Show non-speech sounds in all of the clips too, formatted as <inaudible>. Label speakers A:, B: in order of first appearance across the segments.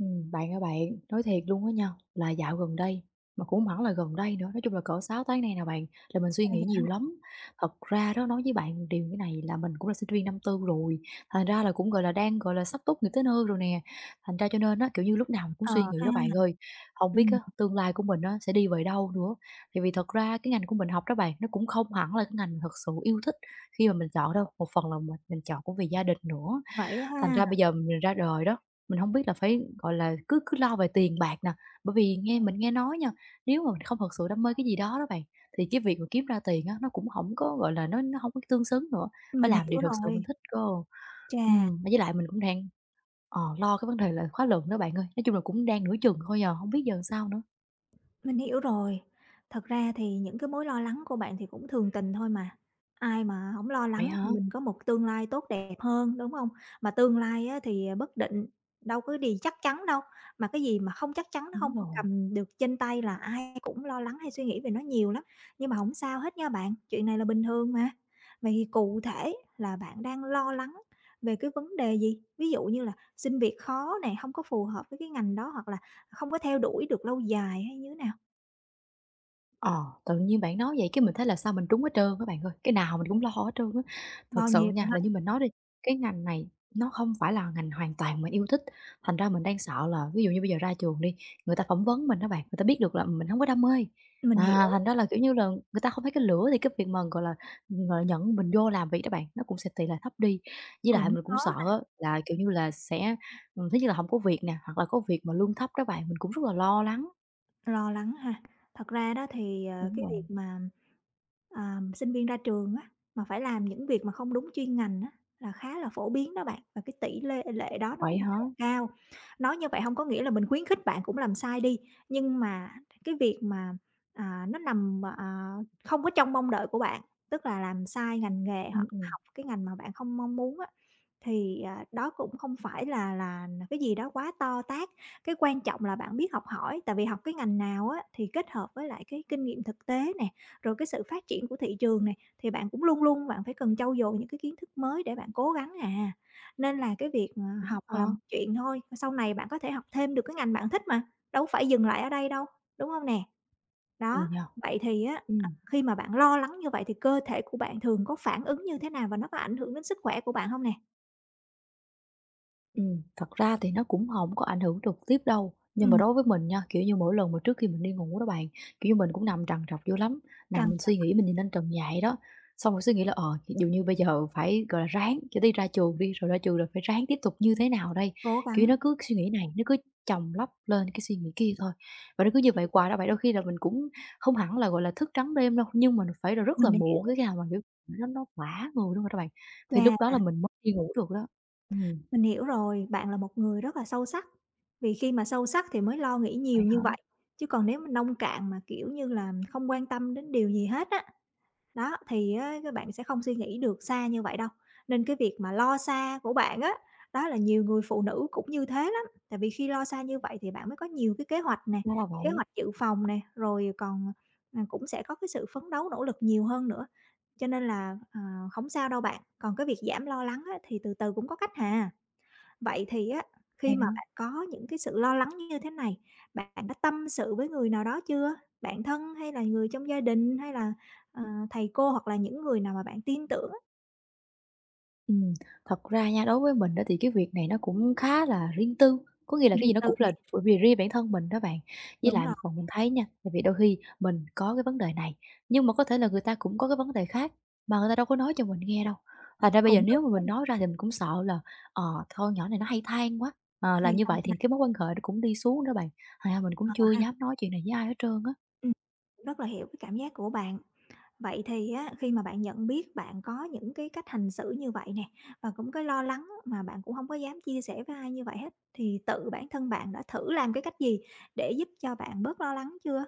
A: Bạn ơi bạn, nói thiệt luôn á nha, là dạo gần đây, mà cũng hông hẳn là gần đây nữa, nói chung là cỡ 6 tháng nay nè bạn, là mình suy
B: À,
A: nghĩ nhiều
B: dạ,
A: lắm. Thật ra đó, nói với bạn điều cái này là mình cũng là sinh viên năm 4 rồi, thành ra là cũng, gọi là, đang, gọi là, sắp tốt nghiệp tới nơi rồi nè, thành ra cho nên á, kiểu như, lúc nào mình cũng
B: ờ
A: suy nghĩ
B: ha,
A: đó bạn ơi, không biết
B: ừm,
A: á, tương lai của mình á, sẽ đi về đâu nữa. Tại vì thật ra cái ngành của mình học đó bạn, nó cũng không hẳn là cái ngành mình thật sự yêu thích khi mà mình chọn đâu, một phần là mình chọn cũng vì gia đình nữa.
B: vậy á
A: Thành ra
B: ha,
A: bây giờ mình ra đời đó, mình không biết là phải, gọi là, cứ cứ lo về tiền bạc nè, bởi vì mình nghe nói nha, nếu mà mình không thật sự đam mê cái gì đó đó bạn, thì cái việc mà kiếm ra tiền á, nó cũng không có, gọi là, nó không có tương xứng nữa, phải
B: mình
A: làm
B: hiểu
A: điều thật sự mình
B: rồi.
A: thích cơ.
B: Chà.
A: Với lại mình cũng đang, lo cái vấn đề là khóa luận đó bạn ơi, nói chung là cũng đang nửa chừng thôi giờ không biết giờ sao nữa.
B: Mình hiểu rồi. Thật ra thì những cái mối lo lắng của bạn thì cũng thường tình thôi mà. Ai mà không lo
A: Vậy
B: lắng
A: hả?
B: thì mình có một tương lai tốt đẹp hơn, đúng không? Mà tương lai á thì, bất định, đâu có gì chắc chắn đâu, mà cái gì mà không chắc chắn, nó
A: Đúng
B: không
A: rồi.
B: cầm được trên tay là ai cũng lo lắng hay suy nghĩ về nó nhiều lắm. Nhưng mà không sao hết nha bạn, chuyện này là bình thường mà. Vậy thì cụ thể là bạn đang lo lắng về cái vấn đề gì? Ví dụ như là xin việc khó này, không có phù hợp với cái ngành đó, hoặc là không có theo đuổi được lâu dài hay như thế nào?
A: Ờ, tự nhiên bạn nói vậy cái mình thấy là sao mình trúng hết trơn các bạn ơi, cái nào mình cũng lo hết trơn á. Thật
B: Bao
A: sự
B: nhiêu
A: nha,
B: ha?
A: là như mình nói đi, cái ngành này nó không phải là ngành hoàn toàn mình yêu thích, thành ra mình đang sợ là ví dụ như bây giờ ra trường đi, người ta phỏng vấn mình á bạn, người ta biết được là mình không có đam mê.
B: Mình hiểu,
A: Thành ra là, kiểu như là, người ta không thấy cái lửa thì cái việc mà, gọi là, nhận mình vô làm việc đó bạn, nó cũng sẽ tỷ lệ thấp đi. Với lại
B: cũng
A: mình cũng
B: khó
A: sợ
B: ha,
A: á là, kiểu như là, sẽ, thứ nhất là không có việc nè, hoặc là có việc mà lương thấp đó bạn, mình cũng rất là lo lắng.
B: lo lắng ha. Thật ra đó thì,
A: Đúng
B: cái
A: rồi,
B: việc mà, sinh viên ra trường á, mà phải làm những việc mà không đúng chuyên ngành á, là khá là phổ biến đó bạn, và cái tỷ lê lệ đó nó
A: vậy
B: cũng khá
A: hả?
B: là cao. Nói như vậy không có nghĩa là mình khuyến khích bạn cũng làm sai đi, nhưng mà cái việc mà, nó nằm, không có trong mong đợi của bạn, tức là làm sai ngành nghề
A: Ừm,
B: hoặc
A: ừm.
B: học cái ngành mà bạn không mong muốn á, thì, đó cũng không phải là cái gì đó quá to tát. Cái quan trọng là bạn biết học hỏi, tại vì học cái ngành nào á, thì kết hợp với lại cái kinh nghiệm thực tế nè, rồi cái sự phát triển của thị trường này, thì bạn cũng luôn luôn bạn phải cần trau dồi những cái kiến thức mới để bạn cố gắng à. Nên là cái việc,
A: Đúng,
B: học
A: ờ,
B: là một chuyện thôi, sau này bạn có thể học thêm được cái ngành bạn thích mà, đâu phải dừng lại ở đây đâu, đúng không nè?
A: ừ
B: Đó,
A: nhỉ?
B: vậy thì á,
A: Ừm.
B: khi mà bạn lo lắng như vậy thì cơ thể của bạn thường có phản ứng như thế nào và nó có ảnh hưởng đến sức khỏe của bạn không nè?
A: Thật ra thì nó cũng không có ảnh hưởng trực tiếp đâu, nhưng mà
B: Ừm,
A: đối với mình nha, kiểu như, mỗi lần mà trước khi mình đi ngủ đó bạn, kiểu như, mình cũng nằm trằn trọc vô lắm, nằm
B: trân
A: mình suy
B: trọng,
A: nghĩ, mình nhìn lên trần nhà vậy đó, xong rồi suy nghĩ là, ví dụ như bây giờ phải, gọi là, ráng cho đi ra trường đi, rồi ra trường rồi phải ráng tiếp tục như thế nào đây?
B: cố
A: Kiểu,
B: gắng.
A: nó cứ suy nghĩ này, nó cứ chồng lấp lên cái suy nghĩ kia thôi, và nó cứ như
B: Ừm,
A: vậy hoài đó vậy. Đôi
B: ừm,
A: khi là mình cũng không hẳn là, gọi là, thức trắng đêm đâu, nhưng mà phải là rất là
B: mình đã
A: muộn
B: hiểu.
A: cái nào mà, kiểu, nó quá người luôn rồi các bạn, thì lúc đó
B: Chà.
A: là mình mới đi ngủ được đó. Ừm,
B: Mình hiểu rồi, bạn là một người rất là sâu sắc, vì khi mà sâu sắc thì mới lo nghĩ
A: vậy
B: nhiều
A: hả?
B: như vậy, chứ còn nếu mà nông cạn mà, kiểu như là, không quan tâm đến điều gì hết á, đó, thì á các bạn sẽ không suy nghĩ được xa như vậy đâu. Nên cái việc mà lo xa của bạn á, đó là nhiều người phụ nữ cũng như thế lắm, tại vì khi lo xa như vậy thì bạn mới có nhiều cái kế hoạch nè,
A: Ra là
B: kế
A: vậy,
B: hoạch dự phòng nè, rồi còn, cũng sẽ có cái sự phấn đấu nỗ lực nhiều hơn nữa, cho nên là, hổng sao đâu bạn, còn cái việc giảm lo lắng á thì từ từ cũng có cách hà. Vậy thì á, khi
A: hay
B: mà
A: đó.
B: bạn có những cái sự lo lắng như thế này, bạn đã tâm sự với người nào đó chưa? Bạn thân hay là người trong gia đình hay là, ờ, thầy cô hoặc là những người nào mà bạn tin tưởng á,
A: Ừm, thật ra nha, đối với mình đó thì cái việc này nó cũng khá là riêng tư, có nghĩa là cái
B: riêng
A: gì nó
B: tư
A: cũng
B: nè,
A: là bởi vì riêng bản thân mình đó bạn. Với
B: đúng
A: lại một
B: rồi,
A: phần mình thấy nha, tại vì đôi khi mình có cái vấn đề này, nhưng mà có thể là người ta cũng có cái vấn đề khác mà người ta đâu có nói cho mình nghe đâu. Thành ra bây giờ
B: cũng
A: nếu
B: đúng
A: mà mình
B: nha,
A: nói ra thì mình cũng sợ là, ờ, thôi nhỏ này nó hay than quá", làm
B: hay
A: như
B: ha,
A: vậy thì cái mối
B: <laughs>
A: quan hệ nó cũng đi xuống đó bạn, thành ra mình cũng
B: ờ
A: chưa
B: ha,
A: dám nói chuyện này với ai hết trơn á.
B: ừm, rất là hiểu cái cảm giác của bạn. Vậy thì á, khi mà bạn nhận biết bạn có những cái cách hành xử như vậy nè, và cũng cái lo lắng mà bạn cũng không có dám chia sẻ với ai như vậy hết, thì tự bản thân bạn đã thử làm cái cách gì để giúp cho bạn bớt lo lắng chưa?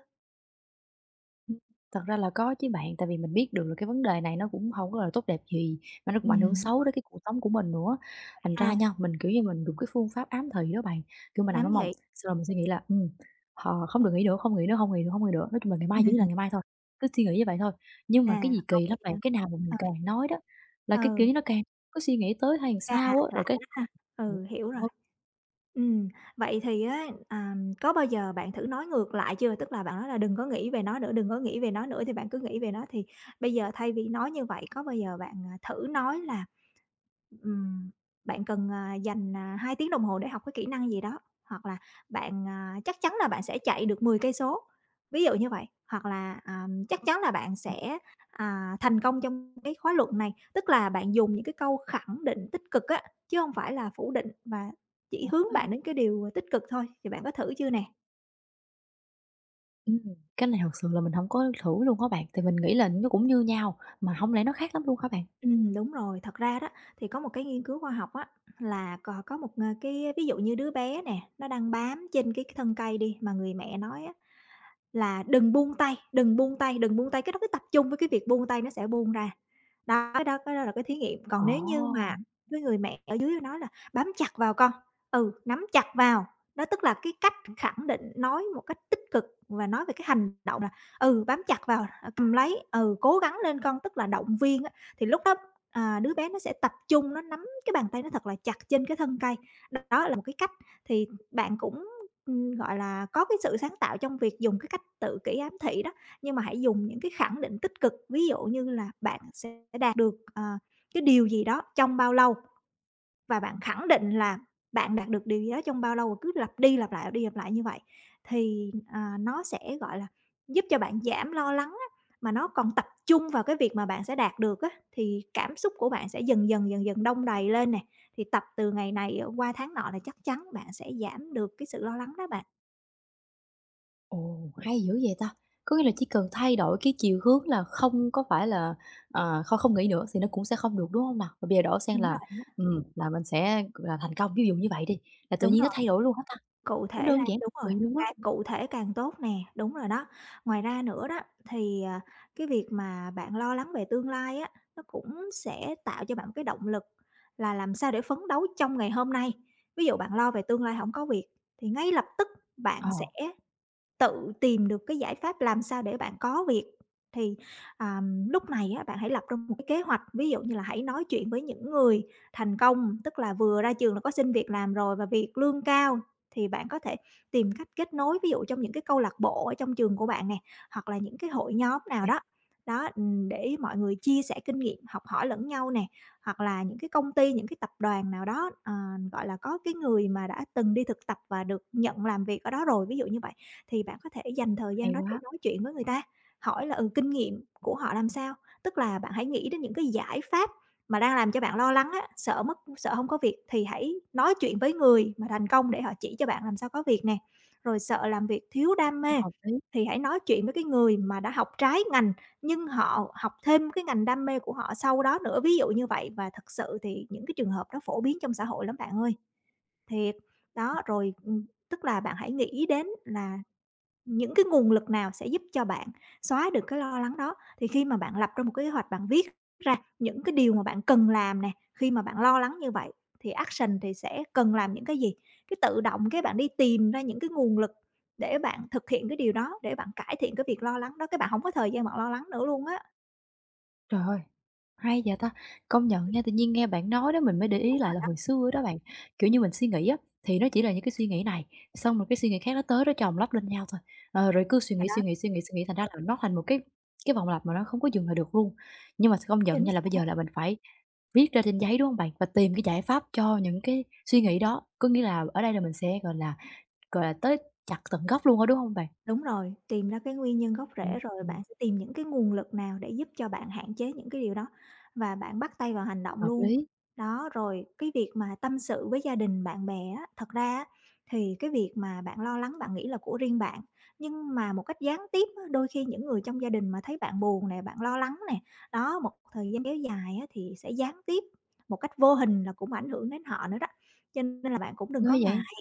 A: Ừm, thật ra là có chứ bạn, tại vì mình biết được là cái vấn đề này nó cũng hông có là tốt đẹp gì, mà nó cũng ảnh hưởng
B: Ừm.
A: xấu đến cái cuộc sống của mình nữa. Thành ra
B: À,
A: nha, mình, kiểu như, mình dùng cái phương pháp ám thị đó bạn, kiểu, mình nằm ở
B: giám
A: mộng,
B: thị.
A: xong rồi mình suy nghĩ là, "Hờ, không được nghĩ nữa, không nghĩ nữa, không nghĩ nữa, không nghĩ nữa." Nói chung là ngày mai chỉ là ngày
B: <laughs>
A: mai thôi, cứ suy nghĩ như vậy thôi. Nhưng mà
B: À,
A: cái gì
B: không
A: kỳ
B: nghĩ
A: lắm bạn,
B: nữa.
A: cái nào mà mình
B: Ờ,
A: càng nói đó là cái, kiểu
B: ừ,
A: như, nó càng cứ suy nghĩ tới hay
B: à,
A: sao á,
B: lạ
A: rồi cái
B: đó ha.
A: ừm,
B: Ừ, hiểu rồi.
A: hông
B: Ừm, vậy thì á, có bao giờ bạn thử nói ngược lại chưa? Tức là bạn nói là "Đừng có nghĩ về nó nữa, đừng có nghĩ về nó nữa" thì bạn cứ nghĩ về nó, thì bây giờ thay vì nói như vậy, có bao giờ bạn, thử nói là Ừm, bạn cần, dành, 2 tiếng đồng hồ để học cái kỹ năng gì đó, hoặc là bạn, chắc chắn là bạn sẽ chạy được 10 cây số, ví dụ như vậy. Hoặc là, chắc chắn là bạn sẽ, thành công trong cái khóa luận này, tức là bạn dùng những cái câu khẳng định tích cực á, chứ không phải là phủ định và chỉ hướng bạn đến
A: á
B: cái điều, tích cực thôi, thì bạn có thử chưa nè?
A: ừm, cái này thật sự là mình hổng có thử luôn á bạn, tại mình nghĩ là nó cũng như nhau, mà hổng lẽ nó khác lắm luôn hả bạn?
B: Đúng rồi. Thật ra đó, thì có một cái nghiên cứu khoa học á, là cò có một, cái ví dụ như đứa bé nè, nó đang bám trên cái thân cây đi, mà người mẹ nói á là đừng buông tay, đừng buông tay, đừng buông tay, cái đó cứ tập trung với cái việc buông tay nó sẽ buông ra. Đó, cái đó là cái thí nghiệm,
A: Ồ,
B: còn nếu như mà cái người mẹ ở dưới nói là "Bám chặt vào con." Ừ, nắm chặt vào, đó tức là cái cách khẳng định, nói một cách tích cực và nói về cái hành động là "Ừ, bám chặt vào, ờ, cầm lấy, ừ, cố gắng lên con." Tức là động viên á, thì lúc đó, đứa bé nó sẽ tập trung, nó nắm cái bàn tay nó thật là chặt trên cái thân cây. Đó là một cái cách, thì bạn cũng gọi là, có cái sự sáng tạo trong việc dùng cái cách tự kỷ ám thị đó, nhưng mà hãy dùng những cái khẳng định tích cực, ví dụ như là bạn sẽ đạt được, cái điều gì đó trong bao lâu và bạn khẳng định là bạn đạt được điều gì đó trong bao lâu và cứ lặp đi lặp lại, lặp đi lặp lại như vậy thì, nó sẽ, gọi là, giúp cho bạn giảm lo lắng á, mà nó còn tập trung vào cái việc mà bạn sẽ đạt được á, thì cảm xúc của bạn sẽ dần dần, dần dần đong đầy lên nè, thì tập từ ngày này, qua tháng nọ là chắc chắn bạn sẽ giảm được cái sự lo lắng đó bạn.
A: ồ, hay dữ vậy ta! Có nghĩa là chỉ cần thay đổi cái chiều hướng là không có phải là, ờ, không không nghĩ nữa thì nó cũng sẽ không được, đúng không nào? Và bây giờ đổi sang
B: Đúng rồi,
A: là mình sẽ, thành công, ví dụ như vậy đi, là tự
B: đúng
A: nhiên
B: rồi,
A: nó thay đổi luôn hết ta?
B: cụ
A: Nó
B: thể ra
A: đơn giản
B: đúng
A: cực
B: rồi,
A: kỳ luôn á.
B: càng cụ thể càng tốt nè, đúng rồi đó. Ngoài ra nữa đó, thì, cái việc mà bạn lo lắng về tương lai á, nó cũng sẽ tạo cho bạn một cái động lực là làm sao để phấn đấu trong ngày hôm nay. Ví dụ bạn lo về tương lai không có việc thì ngay lập tức bạn
A: Ờ,
B: sẽ tự tìm được cái giải pháp làm sao để bạn có việc. Thì, à, lúc này á, bạn hãy lập ra một cái kế hoạch, ví dụ như là hãy nói chuyện với những người thành công, tức là vừa ra trường là có xin việc làm rồi và việc lương cao, thì bạn có thể tìm cách kết nối, ví dụ trong những cái câu lạc bộ ở trong trường của bạn nè, hoặc là những cái hội nhóm nào
A: vậy
B: đó. Đó, để mọi người chia sẻ kinh nghiệm, học hỏi lẫn nhau nè, hoặc là những cái công ty, những cái tập đoàn nào đó, gọi là, có cái người mà đã từng đi thực tập và được nhận làm việc ở đó rồi, ví dụ như vậy thì bạn có thể dành thời gian
A: hay
B: đó để
A: quá,
B: nói chuyện với người ta, hỏi là, kinh nghiệm của họ làm sao. Tức là bạn hãy nghĩ đến những cái giải pháp mà đang làm cho bạn lo lắng á, sợ mất sợ không có việc thì hãy nói chuyện với người mà thành công để họ chỉ cho bạn làm sao có việc nè. Rồi sợ làm việc thiếu đam mê
A: hợp lý.
B: thì hãy nói chuyện với cái người mà đã học trái ngành, nhưng họ học thêm cái ngành đam mê của họ sau đó nữa, ví dụ như vậy. Và thật sự thì những cái trường hợp đó phổ biến trong xã hội lắm bạn ơi, thiệt. Đó, rồi, tức là bạn hãy nghĩ đến là những cái nguồn lực nào sẽ giúp cho bạn xóa được cái lo lắng đó? Thì khi mà bạn lập ra một cái kế hoạch, bạn viết ra những cái điều mà bạn cần làm nè, khi mà bạn lo lắng như vậy thì action thì sẽ cần làm những cái gì? Cái tự động cái bạn đi tìm ra những cái nguồn lực để bạn thực hiện cái điều đó, để bạn cải thiện cái việc lo lắng đó, cái bạn không có thời gian bạn lo lắng nữa luôn á.
A: Trời ơi! Hay vậy ta! Công nhận nha, tự nhiên nghe bạn nói đó mình mới để ý lại là hồi
B: Đúng
A: xưa đó bạn, kiểu như, mình suy nghĩ á, thì nó chỉ là những cái suy nghĩ này, xong rồi cái suy nghĩ khác nó tới nó chồng lấp lên nhau thôi. Ờ, rồi cứ suy
B: rồi
A: nghĩ,
B: đó,
A: suy nghĩ, suy nghĩ, suy nghĩ, thành ra là nó thành một cái vòng lặp mà nó không có dừng lại được luôn. Nhưng mà công nhận
B: chính
A: nha là bây giờ
B: xác.
A: là mình phải viết ra trên giấy, đúng không bạn? Và tìm cái giải pháp cho những cái suy nghĩ đó, có nghĩa là ở đây là mình sẽ, gọi là, tới chặt tận gốc luôn á, đúng không bạn?
B: Đúng rồi, tìm ra cái nguyên nhân gốc
A: Ừm,
B: rễ rồi
A: ừm,
B: bạn sẽ tìm những cái nguồn lực nào để giúp cho bạn hạn chế những cái điều đó và bạn bắt tay vào hành động
A: hợp
B: luôn.
A: lý,
B: Đó, rồi cái việc mà tâm sự với gia đình, bạn bè á, thật ra á, thì cái việc mà bạn lo lắng bạn nghĩ là của riêng bạn, nhưng mà một cách gián tiếp á, đôi khi những người trong gia đình mà thấy bạn buồn nè, bạn lo lắng nè, đó, một thời gian kéo dài á, thì sẽ gián tiếp một cách vô hình là cũng ảnh hưởng đến họ nữa đó. Cho nên là bạn cũng đừng
A: ghê
B: có
A: vậy!
B: ngại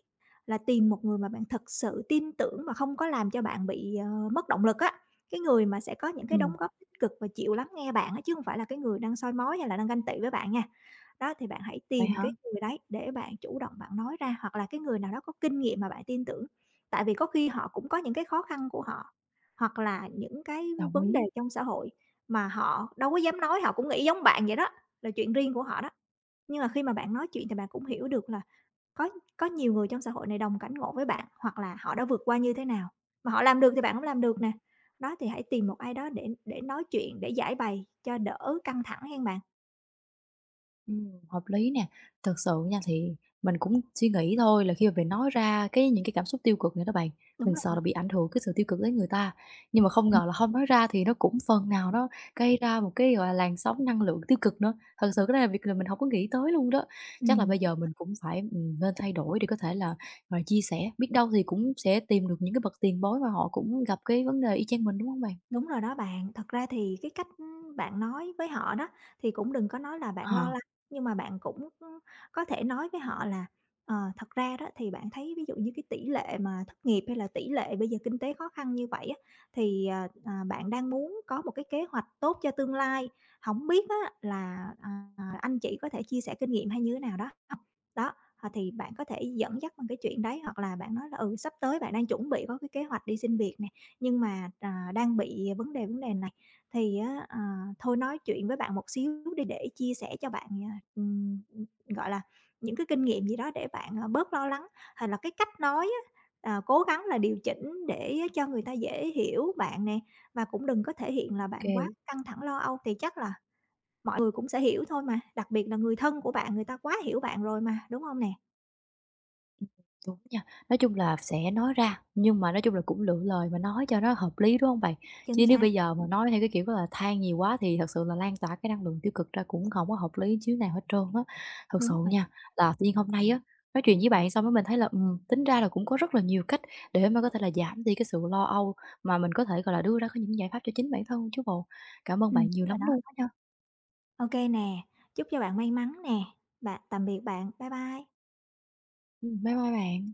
B: là tìm một người mà bạn thật sự tin tưởng mà không có làm cho bạn bị, mất động lực á, cái người mà sẽ có những cái
A: Ừm,
B: đóng góp tích cực và chịu lắng nghe bạn á, chứ không phải là cái người đang soi mói hay là đang ganh tị với bạn nha. Đó, thì bạn hãy
A: vậy
B: tìm
A: hả?
B: cái người đấy để bạn chủ động bạn nói ra, hoặc là cái người nào đó có kinh nghiệm mà bạn tin tưởng. Tại vì có khi họ cũng có những cái khó khăn của họ, hoặc là những cái
A: Đồng
B: vấn đề
A: ý.
B: trong xã hội mà họ đâu có dám nói, họ cũng nghĩ giống bạn vậy đó, là chuyện riêng của họ đó. Nhưng mà khi mà bạn nói chuyện thì bạn cũng hiểu được là có có nhiều người trong xã hội này đồng cảnh ngộ với bạn, hoặc là họ đã vượt qua như thế nào, mà họ làm được thì bạn cũng làm được nè. Đó, thì hãy tìm một ai đó để nói chuyện, để giải bày cho đỡ căng thẳng hen bạn.
A: Hợp lý nè. Thật sự nha thì mình cũng suy nghĩ thôi là khi mà mình nói ra cái những cái cảm xúc tiêu cực này đó bạn,
B: Đúng
A: mình sợ
B: rồi.
A: là bị ảnh hưởng cái sự tiêu cực đến người ta. Nhưng mà không
B: Ừm,
A: ngờ là không nói ra thì nó cũng phần nào đó gây ra một cái, gọi là, làn sóng năng lượng tiêu cực nữa. Thật sự cái này là việc là mình không có nghĩ tới luôn đó. Chắc là
B: ừm.
A: bây giờ mình cũng phải, nên thay đổi để có thể là, ờ, chia sẻ, biết đâu thì cũng sẽ tìm được những cái bậc tiền bối mà họ cũng gặp cái vấn đề y chang mình, đúng không bạn?
B: Đúng rồi đó bạn. Thật ra thì cái cách bạn nói với họ đó, thì cũng đừng có nói là bạn
A: Ờ,
B: lo
A: ok.
B: lắng, nhưng mà bạn cũng có thể nói với họ là, ờ, thật ra đó thì bạn thấy ví dụ như cái tỷ lệ mà thất nghiệp hay là tỷ lệ bây giờ kinh tế khó khăn như vậy á, thì, bạn đang muốn có một cái kế hoạch tốt cho tương lai. Không biết á là, anh chị có thể chia sẻ kinh nghiệm hay như thế nào đó không. Đó, ờ, thì bạn có thể dẫn dắt bằng cái chuyện đấy, hoặc là bạn nói là "Ừ, sắp tới bạn đang chuẩn bị có cái kế hoạch đi xin việc nè, nhưng mà, đang bị vấn đề này, thì á, ờ, thôi nói chuyện với bạn một xíu đi để chia sẻ cho bạn, gọi là, những cái kinh nghiệm gì đó để bạn, bớt lo lắng." Hay là cái cách nói á, cố gắng là điều chỉnh để cho người ta dễ hiểu bạn nè, và cũng đừng có thể hiện là bạn quá căng thẳng, lo âu thì chắc là mọi người cũng sẽ hiểu thôi mà, đặc biệt là người thân của bạn, người ta quá hiểu bạn rồi mà, đúng không nè?
A: Đúng nha, nói chung là sẽ nói ra, nhưng mà nói chung là cũng lựa lời mà nói cho nó hợp lý, đúng không bạn? Chứ
B: Chính
A: nếu
B: xác,
A: bây giờ mà nói theo cái kiểu là than nhiều quá thì thật sự là lan tỏa cái năng lượng tiêu cực ra cũng không có hợp lý chứ nào hết trơn á. Thật sự
B: đúng rồi.
A: nha, là tự nhiên hôm nay á, nói chuyện với bạn xong á mình thấy là, tính ra là cũng có rất là nhiều cách để mà có thể là giảm đi cái sự lo âu, mà mình có thể, gọi là, đưa ra có những giải pháp cho chính bản thân chứ bộ. Cảm ơn bạn nhiều
B: Đúng rồi
A: lắm
B: đó.
A: luôn á nha.
B: Ok nè, chúc cho bạn may mắn nè. Bạn tạm biệt bạn. Bye bye.
A: Bye bye bạn.